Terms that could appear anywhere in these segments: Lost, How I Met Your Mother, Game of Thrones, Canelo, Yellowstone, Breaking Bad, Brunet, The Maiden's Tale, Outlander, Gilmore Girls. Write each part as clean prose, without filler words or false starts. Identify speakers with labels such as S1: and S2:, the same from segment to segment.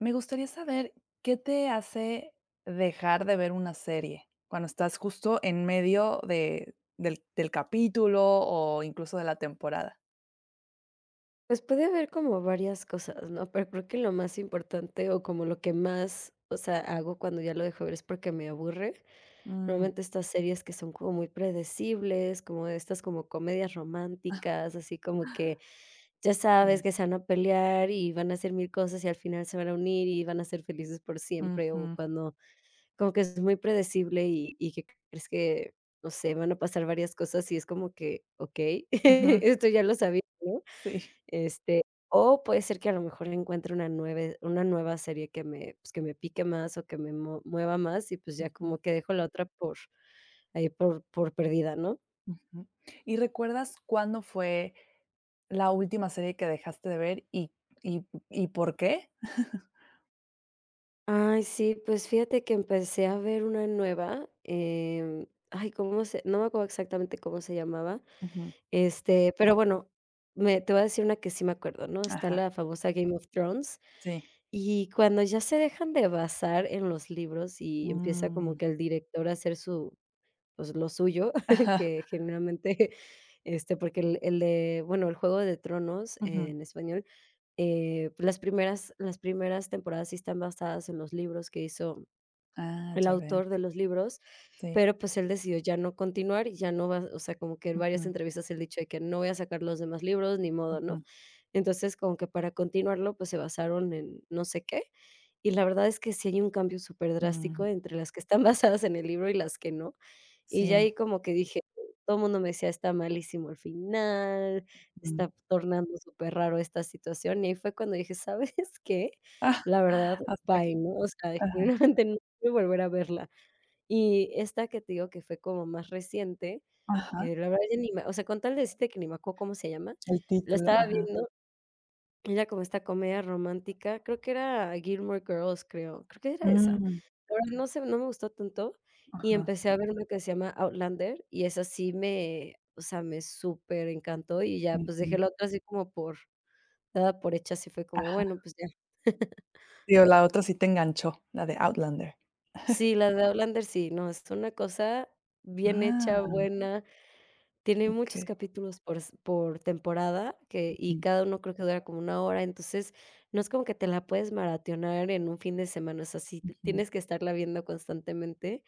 S1: Me gustaría saber qué te hace dejar de ver una serie cuando estás justo en medio de del del capítulo o incluso de la temporada.
S2: Pues puede haber como varias cosas, ¿no? Pero creo que lo más importante o como lo que más, o sea, hago cuando ya lo dejo ver es porque me aburre.
S1: Mm,
S2: Normalmente estas series que son como muy predecibles, como estas como comedias románticas, así como que ya sabes
S1: sí.
S2: que se van a pelear y van a hacer mil cosas y al final se van a unir y van a ser felices por siempre o
S1: Ujú,
S2: cuando como que es muy predecible y que crees que, no sé, van a pasar varias cosas y es como que, ok,
S1: ujú,
S2: esto ya lo sabía, ¿no?
S1: sí.
S2: Este, o puede ser que a lo mejor encuentre una nueva serie que me, pues, que me pique más o que me mo mueva más y, pues, ya
S1: Ujú,
S2: como que dejo la otra por ahí por perdida, ¿no?
S1: ujú. ¿Y recuerdas cuándo fue la última serie que dejaste de ver y por qué?
S2: Ay, sí, pues, fíjate que empecé a ver una nueva, ay, ¿cómo se? No me acuerdo exactamente cómo se llamaba,
S1: Ujú,
S2: pero bueno, me te voy a decir una que sí me acuerdo, ¿no? Está
S1: ajá,
S2: la famosa Game of Thrones,
S1: sí.
S2: y cuando ya se dejan de basar en los libros y empieza como
S1: Mm,
S2: que el director a hacer su pues, lo suyo,
S1: ajá,
S2: que generalmente, porque el de, bueno, el Juego de Tronos
S1: ujú.
S2: en español, pues, las primeras temporadas sí están basadas en los libros que hizo
S1: Ah,
S2: el
S1: ya veo.
S2: autor de los libros,
S1: Sí.
S2: pero, pues, él decidió ya no continuar y ya no va o sea, como que en varias
S1: Ujú,
S2: entrevistas él ha dicho de que no voy a sacar los demás libros, ni modo, ¿no?
S1: ujú,
S2: Entonces, como que para continuarlo, pues, se basaron en no sé qué, y la verdad es que sí hay un cambio superdrástico
S1: mm,
S2: entre las que están basadas en el libro y las que no. Y ya
S1: sí,
S2: ahí como que dije, todo el mundo me decía: "Está malísimo el final,
S1: mm.
S2: está tornando súper raro esta situación", y ahí fue cuando dije: "¿Sabes qué?
S1: Ah,
S2: La verdad,
S1: hasta aquí.
S2: bye", ¿no? O sea,
S1: Ajá,
S2: genuinamente no quiero volver a verla. Y esta que te digo que fue como más reciente,
S1: ajá,
S2: que la verdad ya ni me o sea, con tal de decirte que ni me acuerdo cómo se llama,
S1: el
S2: la
S1: título,
S2: estaba
S1: ajá.
S2: viendo era como esta comedia romántica, creo que era Gilmore Girls, creo que era esa.
S1: Mm,
S2: La verdad no sé, no me gustó tanto, y
S1: ajá,
S2: empecé a ver una que se llama Outlander, y esa sí o sea, me súper encantó y ya, pues, dejé
S1: ujú,
S2: la otra así como por dada por hecha, así fue como, bueno,
S1: ajá.
S2: pues ya.
S1: Sí, o la otra sí te enganchó, la de Outlander.
S2: Sí, la de Outlander sí, no, es una cosa bien hecha,
S1: Ah,
S2: buena. Tiene muchos
S1: okey,
S2: capítulos por temporada que y
S1: ujú,
S2: cada uno creo que dura como una hora, entonces, no es como que te la puedes maratonear en un fin de semana, o sea, sí t
S1: ujú.
S2: tienes que estarla viendo constantemente.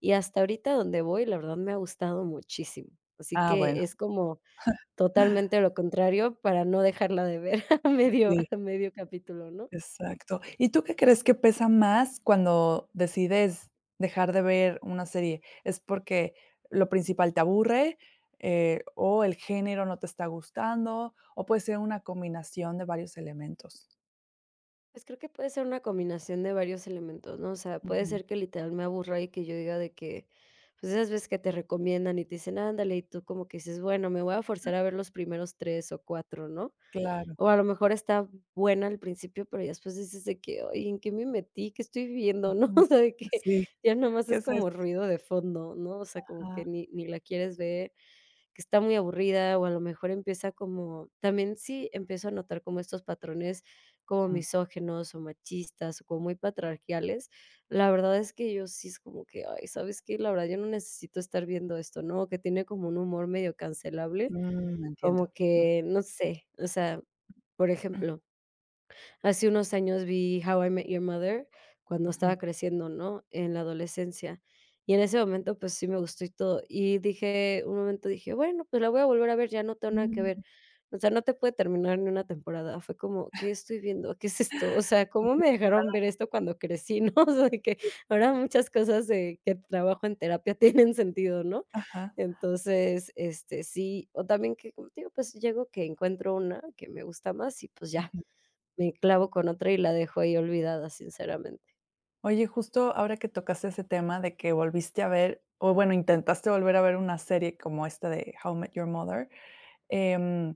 S2: Y hasta ahorita donde voy, la verdad me ha gustado muchísimo. Así
S1: Ah,
S2: que
S1: bueno.
S2: es como totalmente lo contrario para no dejarla de ver a medio
S1: Sí,
S2: a medio capítulo, ¿no?
S1: exacto. ¿Y tú qué crees que pesa más cuando decides dejar de ver una serie? ¿Es porque lo principal te aburre, o el género no te está gustando, o puede ser una combinación de varios elementos?
S2: Pues creo que puede ser una combinación de varios elementos, ¿no? O sea, puede
S1: Ujú,
S2: ser que literal me aburra y que yo diga de que, pues esas veces que te recomiendan y te dicen, ándale, y tú como que dices, bueno, me voy a forzar a ver los primeros tres o cuatro, ¿no?
S1: claro.
S2: O a lo mejor está buena al principio, pero ya después dices de que, oye, ¿en qué me metí? ¿Qué estoy viendo? ¿No?
S1: Mm,
S2: O sea, de que
S1: sí,
S2: ya nomás
S1: ¿qué
S2: es
S1: es esto?
S2: como ruido de fondo, ¿no? O sea, como que
S1: Ah,
S2: ni la quieres ver que está muy aburrida o a lo mejor empieza como también sí empiezo a notar como estos patrones como
S1: mm,
S2: misógenos o machistas o como muy patriarcales, la verdad es que yo sí es como que, ay, ¿sabes qué? La verdad yo no necesito estar viendo esto, ¿no? Que tiene como un humor medio cancelable,
S1: mm, entiendo.
S2: como
S1: Mm,
S2: que, no sé, o sea, por ejemplo, hace unos años vi How I Met Your Mother cuando
S1: ujú.
S2: estaba creciendo, ¿no? En la adolescencia. Y en ese momento, pues sí me gustó y todo. Y dije, un momento dije, bueno, pues la voy a volver a ver, ya no tengo nada que
S1: Mm,
S2: ver. O sea, no te puede terminar ni una temporada. Fue como, ¿qué estoy viendo? ¿Qué es esto? O sea, ¿cómo me
S1: entiendo.
S2: dejaron ver esto cuando crecí, no? O sea, de que ahora muchas cosas de que trabajo en terapia tienen sentido, ¿no?
S1: Ajá,
S2: Entonces, sí, o también que, como te digo, pues llego que encuentro una que me gusta más y pues ya,
S1: ujú.
S2: me clavo con otra y la dejo ahí olvidada, sinceramente.
S1: Oye, justo ahora que tocaste ese tema de que volviste a ver, o bueno, intentaste volver a ver una serie como esta de How I Met Your Mother, em,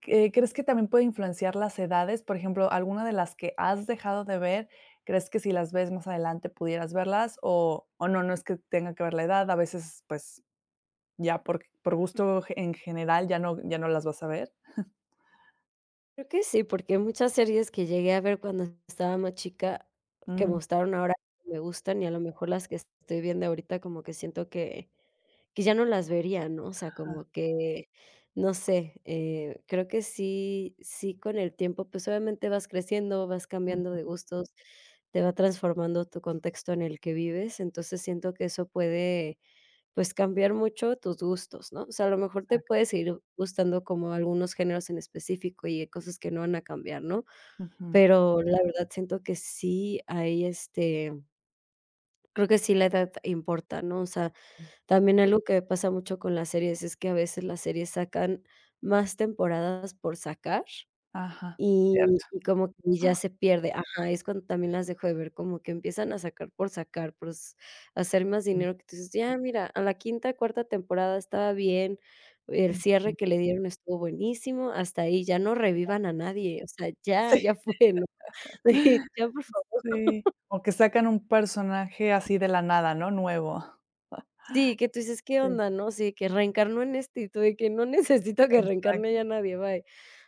S1: ¿qué crees que también puede influenciar las edades? Por ejemplo, ¿alguna de las que has dejado de ver, crees que si las ves más adelante pudieras verlas? O no, no es que tenga que ver la edad, a veces, pues, ya por gusto en general ya no las vas a ver.
S2: Creo que sí, porque muchas series que llegué a ver cuando estaba más chica, que me
S1: Mm,
S2: gustaron ahora, me gustan, y a lo mejor las que estoy viendo ahorita como que siento que ya no las vería, ¿no? O sea,
S1: ajá,
S2: como que, no sé, creo que sí con el tiempo, pues, obviamente vas creciendo, vas cambiando
S1: ujú,
S2: de gustos, te va transformando tu contexto en el que vives, entonces siento que eso puede pues, cambiar mucho tus gustos, ¿no? O sea, a lo mejor te puede seguir gustando como algunos géneros en específico y hay cosas que no van a cambiar, ¿no?
S1: ujú,
S2: Pero la verdad siento que sí hay, creo que sí la edad importa, ¿no? O sea,
S1: ujú.
S2: también algo que pasa mucho con las series es que a veces las series sacan más temporadas por sacar
S1: Ajá,
S2: y
S1: cierto.
S2: y como que ya se pierde ajá, es cuando también las dejo de ver, como que empiezan a sacar por sacar, por s hacer más dinero, que tú dices: "Ya, mira, a la quinta, cuarta temporada estaba bien, el
S1: Ujú.
S2: cierre que le dieron estuvo buenísimo, hasta ahí, ya no revivan a nadie, o sea, ya,
S1: Sí,
S2: ya fue, ¿no?" Sí, ya, por fa.
S1: sí, o que sacan un personaje así de la nada, ¿no? Nuevo.
S2: Sí, que tú dices: "¿Qué
S1: Sí,
S2: onda?", ¿no? Sí, que reencarnó en este, y tú de que: "No necesito que reencarne
S1: exacto,
S2: ya nadie, bye".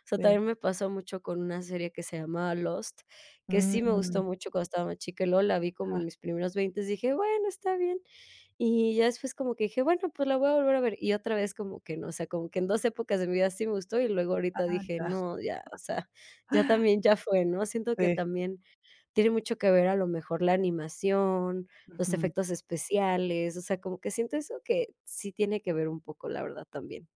S2: O sea,
S1: sí.
S2: también me pasó mucho con una serie que se llamaba Lost, que sí me
S1: Mm,
S2: gustó mucho cuando estaba más chica, y luego la vi como
S1: ajá,
S2: en mis primeros 20, dije: "Bueno, está bien". Y ya después como que dije: "Bueno, pues la voy a volver a ver", y otra vez como que no, o sea, como que en 2 épocas de mi vida sí me gustó, y luego ahorita dije:
S1: ya,
S2: "No, ya, o sea, ya también ya fue", ¿no? Siento que
S1: sí,
S2: también tiene mucho que ver a lo mejor la animación, los efectos especiales, o sea, como que siento eso que sí tiene que ver un poco, la verdad, también.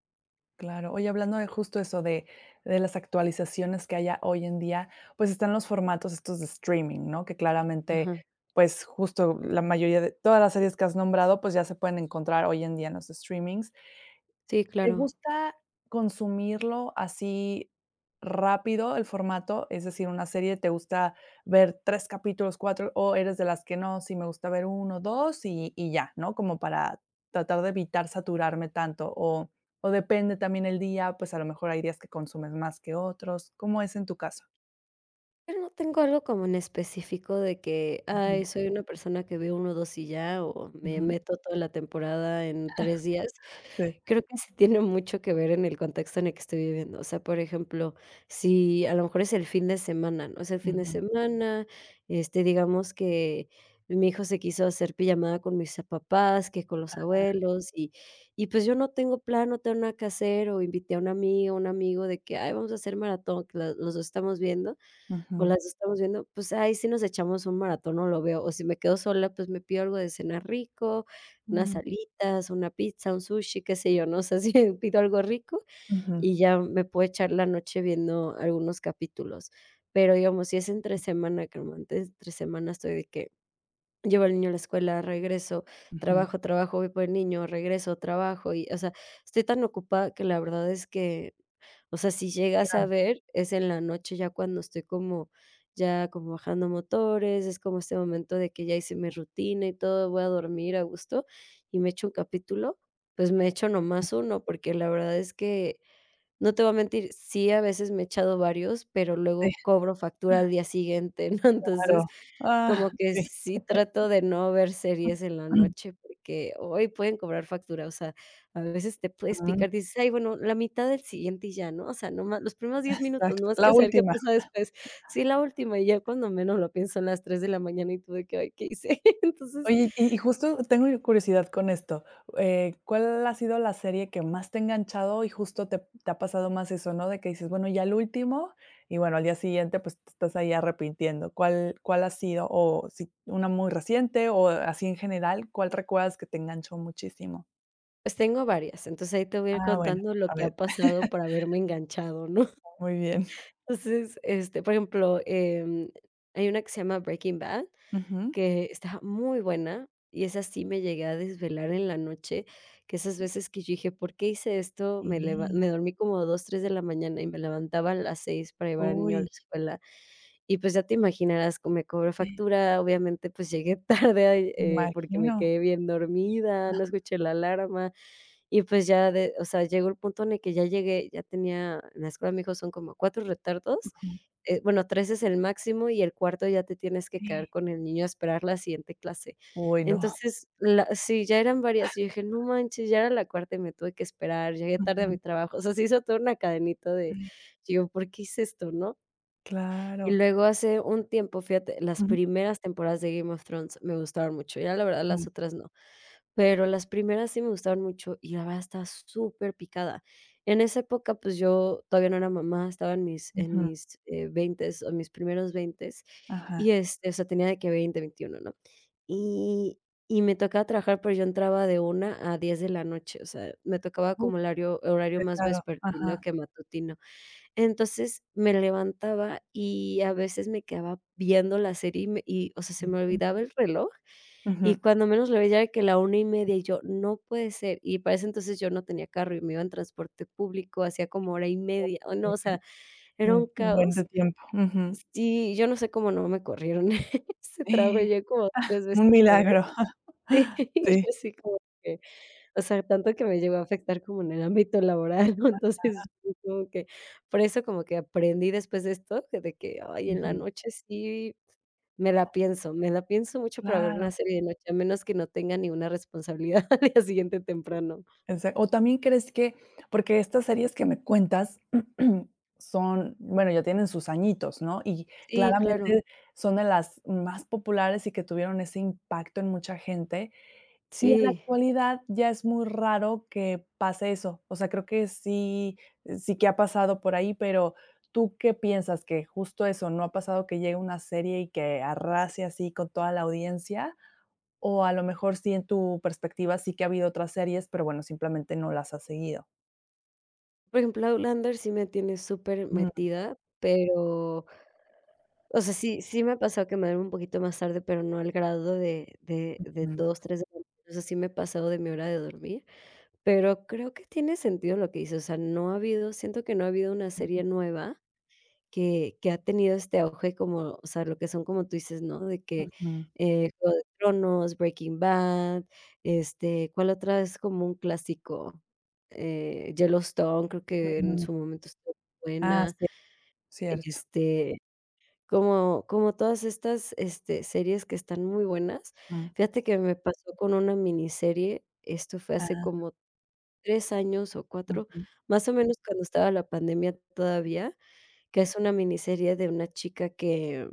S1: claro. Oye, hablando de justo eso de las actualizaciones que haya hoy en día, pues, están los formatos estos de streaming, ¿no? Que claramente,
S2: Ajá.
S1: pues, justo la mayoría de todas las series que has nombrado, pues, ya se pueden encontrar hoy en día en los streamings.
S2: Sí,
S1: ¿Te
S2: claro.
S1: gusta consumirlo así rápido el formato? Es decir, una serie, ¿te gusta ver 3 capítulos, 4, o eres de las que no? Sí, me gusta ver uno, 2 y ya, ¿no? Como para tratar de evitar saturarme tanto, o depende también el día, pues, a lo mejor hay días que consumes más que otros, ¿cómo es en tu caso?
S2: Pero no tengo algo como en específico de que,
S1: Ujú,
S2: ay, soy una persona que ve uno 2 y ya, o me
S1: ujú,
S2: meto toda la temporada en 3 días.
S1: sí,
S2: Creo que sí tiene mucho que ver en el contexto en el que estoy viviendo. O sea, por ejemplo, si a lo mejor es el fin de semana, ¿no? Es el fin de
S1: ujú,
S2: semana, digamos que mi hijo se quiso hacer pijamada con mis papás, que con los abuelos, y pues yo no tengo plan, no tengo nada que hacer, o invité a un amigo de que: "Ay, vamos a hacer maratón", que la los 2 estamos viendo. O
S1: ujú,
S2: las 2 estamos viendo, pues, ahí sí nos echamos un maratón o lo veo, o si me quedo sola, pues, me pido algo de cenar rico, unas
S1: mm,
S2: alitas, una pizza, un sushi, qué sé yo, ¿no? sé sea, sí pido algo rico
S1: ujú,
S2: y ya me puedo echar la noche viendo algunos capítulos. Pero, digamos, si es entre semana, que normalmente entre semana estoy de que llevo al niño a la escuela, regreso,
S1: ujú,
S2: trabajo, trabajo, voy por el niño, regreso, trabajo y, o sea, estoy tan ocupada que la verdad es que o sea, si llegas a
S1: claro,
S2: ver, es en la noche ya cuando estoy como ya como bajando motores, es como este momento de que ya hice mi rutina y todo, voy a dormir a gusto y me echo un capítulo, pues me echo nomás uno, porque la verdad es que no te voy a mentir, sí, a veces me he echado varios, pero
S1: sí,
S2: luego cobro factura al día siguiente, ¿no? Entonces,
S1: claro,
S2: como
S1: ah,
S2: que
S1: sí.
S2: sí trato de no ver series en la noche, porque hoy pueden cobrar factura, o sea, a veces te puedes picar, dices: "Ay, bueno, la mitad del siguiente y ya", ¿no? O sea, no más, los primeros 10 minutos, no
S1: Exacto,
S2: nomás
S1: la
S2: quiero saber qué
S1: última.
S2: pasa después. Sí, la última, y ya cuando menos lo pienso, en las 3 de la mañana y tú de que: "Ay, ¿qué hice?". Entonces,
S1: Oye, y justo tengo curiosidad con esto, ¿cuál ha sido la serie que más te ha enganchado y justo te ha pasado más eso, no? De que dices, bueno, ya el último, y bueno, al día siguiente, pues, te estás ahí arrepintiendo, ¿cuál ha sido? O si una muy reciente, o así en general, ¿cuál recuerdas que te enganchó muchísimo?
S2: pues tengo varias, entonces ahí te voy a ir
S1: Ah, bueno,
S2: contando lo
S1: a
S2: que
S1: ver,
S2: ha pasado para haberme enganchado, ¿no?
S1: muy bien.
S2: Entonces, por ejemplo, hay una que se llama Breaking Bad,
S1: Ujú.
S2: que está muy buena, y esa sí me llegué a desvelar en la noche, que esas veces que yo dije: "¿Por qué hice esto?". Me leva
S1: Sí.
S2: me dormí como 2, 3 de la mañana y me levantaba a las 6 para llevar al niño a la
S1: Uy,
S2: escuela. Y, pues, ya te imaginarás, co me cobró
S1: sí,
S2: factura, obviamente, pues, llegué tarde,
S1: me
S2: porque me
S1: imagino.
S2: quedé bien dormida, no escuché la alarma. Y pues ya de o sea, llegó el punto en el que ya llegué, ya tenía en la escuela me dijo: "Son como 4 retardos,
S1: Ujú.
S2: bueno, 3 es el máximo y el cuarto ya te tienes que quedar con el niño a esperar la siguiente clase".
S1: Uy, no.
S2: Entonces, la sí, ya eran varias, y yo dije: "No manches", ya era la cuarta y me tuve que esperar, llegué tarde a
S1: Ujú.
S2: mi trabajo, o sea, se hizo toda una cadenita de, digo: "¿Por qué hice esto?", ¿no? Y
S1: Claro.
S2: luego hace un tiempo, fíjate, las
S1: Ujú,
S2: primeras temporadas de Game of Thrones me gustaron mucho, ya la verdad las
S1: ujú,
S2: otras no, pero las primeras sí me gustaron mucho y la verdad estaba súper picada. En esa época, pues, yo todavía no era mamá, estaba en mis en
S1: ujú.
S2: mis, veintes o mis primeros veintes, y,
S1: Ajá.
S2: o sea, tenía de que 20, 21, ¿no? Y y me tocaba trabajar, pero yo entraba de 1 a 10 de la noche, o sea, me tocaba como
S1: Uf,
S2: horario más
S1: pesado.
S2: vespertino
S1: Ajá.
S2: que matutino. Entonces, me levantaba y a veces me quedaba viendo la serie y me y, o sea, se me
S1: Ujú.
S2: olvidaba el reloj, y
S1: Ujú.
S2: cuando menos lo veía ya era que la 1:30 y yo: "No puede ser", y para ese entonces yo no tenía carro y me iba en transporte público, hacía como hora y media, o no,
S1: Okey,
S2: o
S1: pe
S2: sea, era
S1: un
S2: un
S1: un buen de
S2: caos.
S1: tiempo. Ujú.
S2: Sí, yo no sé cómo no me corrieron ese trabajo,
S1: Eh,
S2: llegué como 3 veces
S1: Un
S2: tarde.
S1: milagro.
S2: Sí, y
S1: Sí.
S2: yo así como que, o sea, tanto que me llegó a afectar como en el ámbito laboral, ¿no? Entonces, yo como que por eso como que aprendí después de esto, que de que, ay, en la
S1: Ujú.
S2: noche sí me la pienso mucho para ver una
S1: Claro.
S2: serie de noche, a menos que no tenga ninguna responsabilidad al día siguiente temprano.
S1: Exac O también crees que porque estas series que me cuentas son, bueno, ya tienen sus añitos, ¿no? Y
S2: Sí, claro,
S1: claramente son de las más populares y que tuvieron ese impacto en mucha gente. Y en la
S2: sí.
S1: actualidad ya es muy raro que pase eso. O sea, creo que sí, sí que ha pasado por ahí, pero, ¿tú qué piensas? ¿Que justo eso, no ha pasado que llegue una serie y que arrase así con toda la audiencia? O a lo mejor sí, en tu perspectiva, sí que ha habido otras series, pero bueno, simplemente no las has seguido.
S2: Por ejemplo, Outlander sí me tiene súper
S1: Ujú,
S2: metida, pero o sea, sí me ha pasado que me duermo un poquito más tarde, pero no al grado de
S1: ujú,
S2: 2, 3, de la mañana, o sea, sí me he pasado de mi hora de dormir, pero creo que tiene sentido lo que dices, o sea, no ha habido siento que no ha habido una serie nueva que ha tenido este auge como, o sea, lo que son, como tú dices, ¿no? De que,
S1: ujú,
S2: Juego de Tronos, Breaking Bad, ¿cuál otra es como un clásico? Yellowstone, creo que en
S1: ujú.
S2: su momento estuvo
S1: Ah,
S2: buena,
S1: sí, cierto.
S2: este, como todas estas, series que están muy buenas.
S1: Mm,
S2: Fíjate que me pasó con una miniserie, esto fue hace
S1: ah,
S2: como 3 años o 4,
S1: ujú.
S2: más o menos cuando estaba la pandemia todavía, que es una miniserie de una chica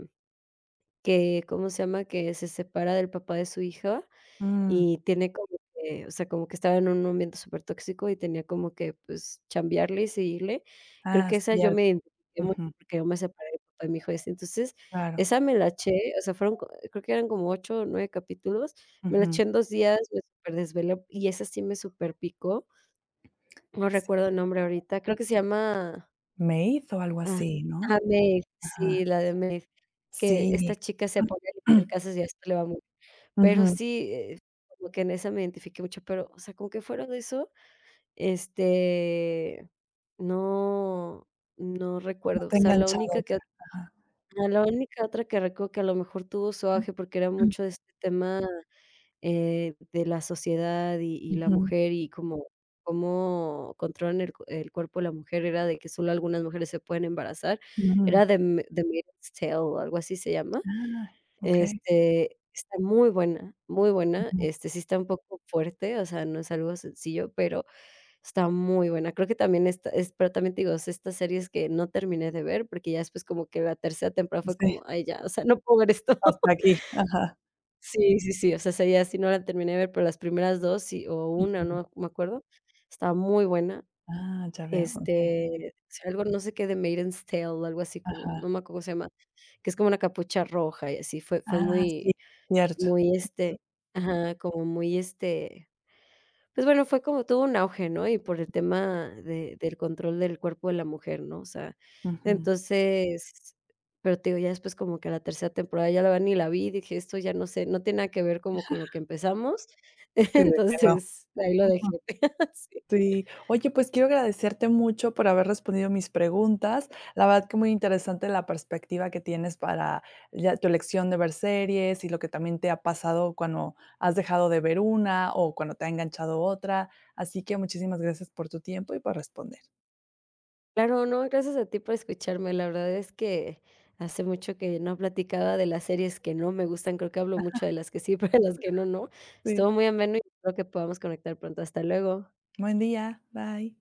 S2: que, ¿cómo se llama?, que se separa del papá de su hija
S1: Mm,
S2: y tiene como que, o sea, como que estaba en un ambiente supertóxico y tenía como que, pues, chambearle y seguirle. Creo
S1: ah,
S2: que esa yo
S1: cierto.
S2: me identifiqué mucho
S1: Ujú,
S2: porque yo me separé del papá de mi hijo y así. Entonces,
S1: claro.
S2: esa me la eché, o sea, fueron co creo que eran como 8 o 9 capítulos, me la
S1: Ujú,
S2: eché en 2 días, me superdesvelé y esa sí me superpicó. No recuerdo
S1: sí.
S2: el nombre ahorita, creo que se llama.
S1: Me hizo algo
S2: Ah,
S1: así,
S2: ajá,
S1: ¿no?
S2: Maeve, sí,
S1: Ajá,
S2: la de Maeve, que esta
S1: sí.
S2: chica se pone a limpiar casas y a esto le va muy, pero
S1: Ujú,
S2: sí, como que en esa me identifiqué mucho, pero, o sea, como que fuera de eso, este, no no
S1: no
S2: recuerdo, o
S1: te ha
S2: sea, la
S1: enganchado
S2: única que
S1: otra. Ajá.
S2: ajá, la única otra que recuerdo que a lo mejor tuvo su auge porque era mucho de este tema, de la sociedad y la
S1: Ujú,
S2: mujer, y como cómo controlan el cuerpo de la mujer, era de que solo algunas mujeres se pueden embarazar.
S1: ujú.
S2: Era de Ma The Maiden's Tale, o algo así se llama.
S1: Ah, okey.
S2: Está muy buena, muy buena.
S1: Ujú.
S2: Sí está un poco fuerte, o sea, no es algo sencillo, pero está muy buena. Creo que también esta es, pero también te digo, es estas series que no terminé de ver, porque ya después como que la tercera temporada fue
S1: Sí,
S2: como: "Ay, ya, o sea, no puedo ver esto".
S1: hasta aquí. Ajá.
S2: Sí, sí, sí, o sea, esa ya sí no la terminé de ver, pero las primeras 2 sí, o una,
S1: Ujú.
S2: no me acuerdo, estaba muy buena.
S1: Ah, ya veo, okey.
S2: Si algo no sé qué de Maiden's Tale, o algo así como, no
S1: Ajá.
S2: me acuerdo cómo se llama, que es como una capucha roja y así, fue
S1: Ah, sí,
S2: muy
S1: cierto.
S2: muy, ajá, como muy, pues bueno, fue como tuvo un auge, ¿no? Y por el tema de del control del cuerpo de la mujer, ¿no? O sea,
S1: Ujú.
S2: entonces, pero te digo, ya después como que la tercera temporada ya la verdad ni la vi, dije: "Esto ya no sé, no tiene nada que ver como con lo que empezamos".
S1: Sí, de que no.
S2: Entonces, ahí lo dejé. Sí.
S1: Sí. Oye, pues quiero agradecerte mucho por haber respondido mis preguntas. La verdad que muy interesante la perspectiva que tienes para ya tu elección de ver series y lo que también te ha pasado cuando has dejado de ver una o cuando te ha enganchado otra. Así que muchísimas gracias por tu tiempo y por responder.
S2: Claro, no, gracias a ti por escucharme. La verdad es que hace mucho que no platicaba de las series que no me gustan, creo que hablo mucho de las que sí, pero de las que no, no.
S1: Sí.
S2: Estuvo muy ameno y espero que podamos conectar pronto. Hasta luego.
S1: Buen día. Bye.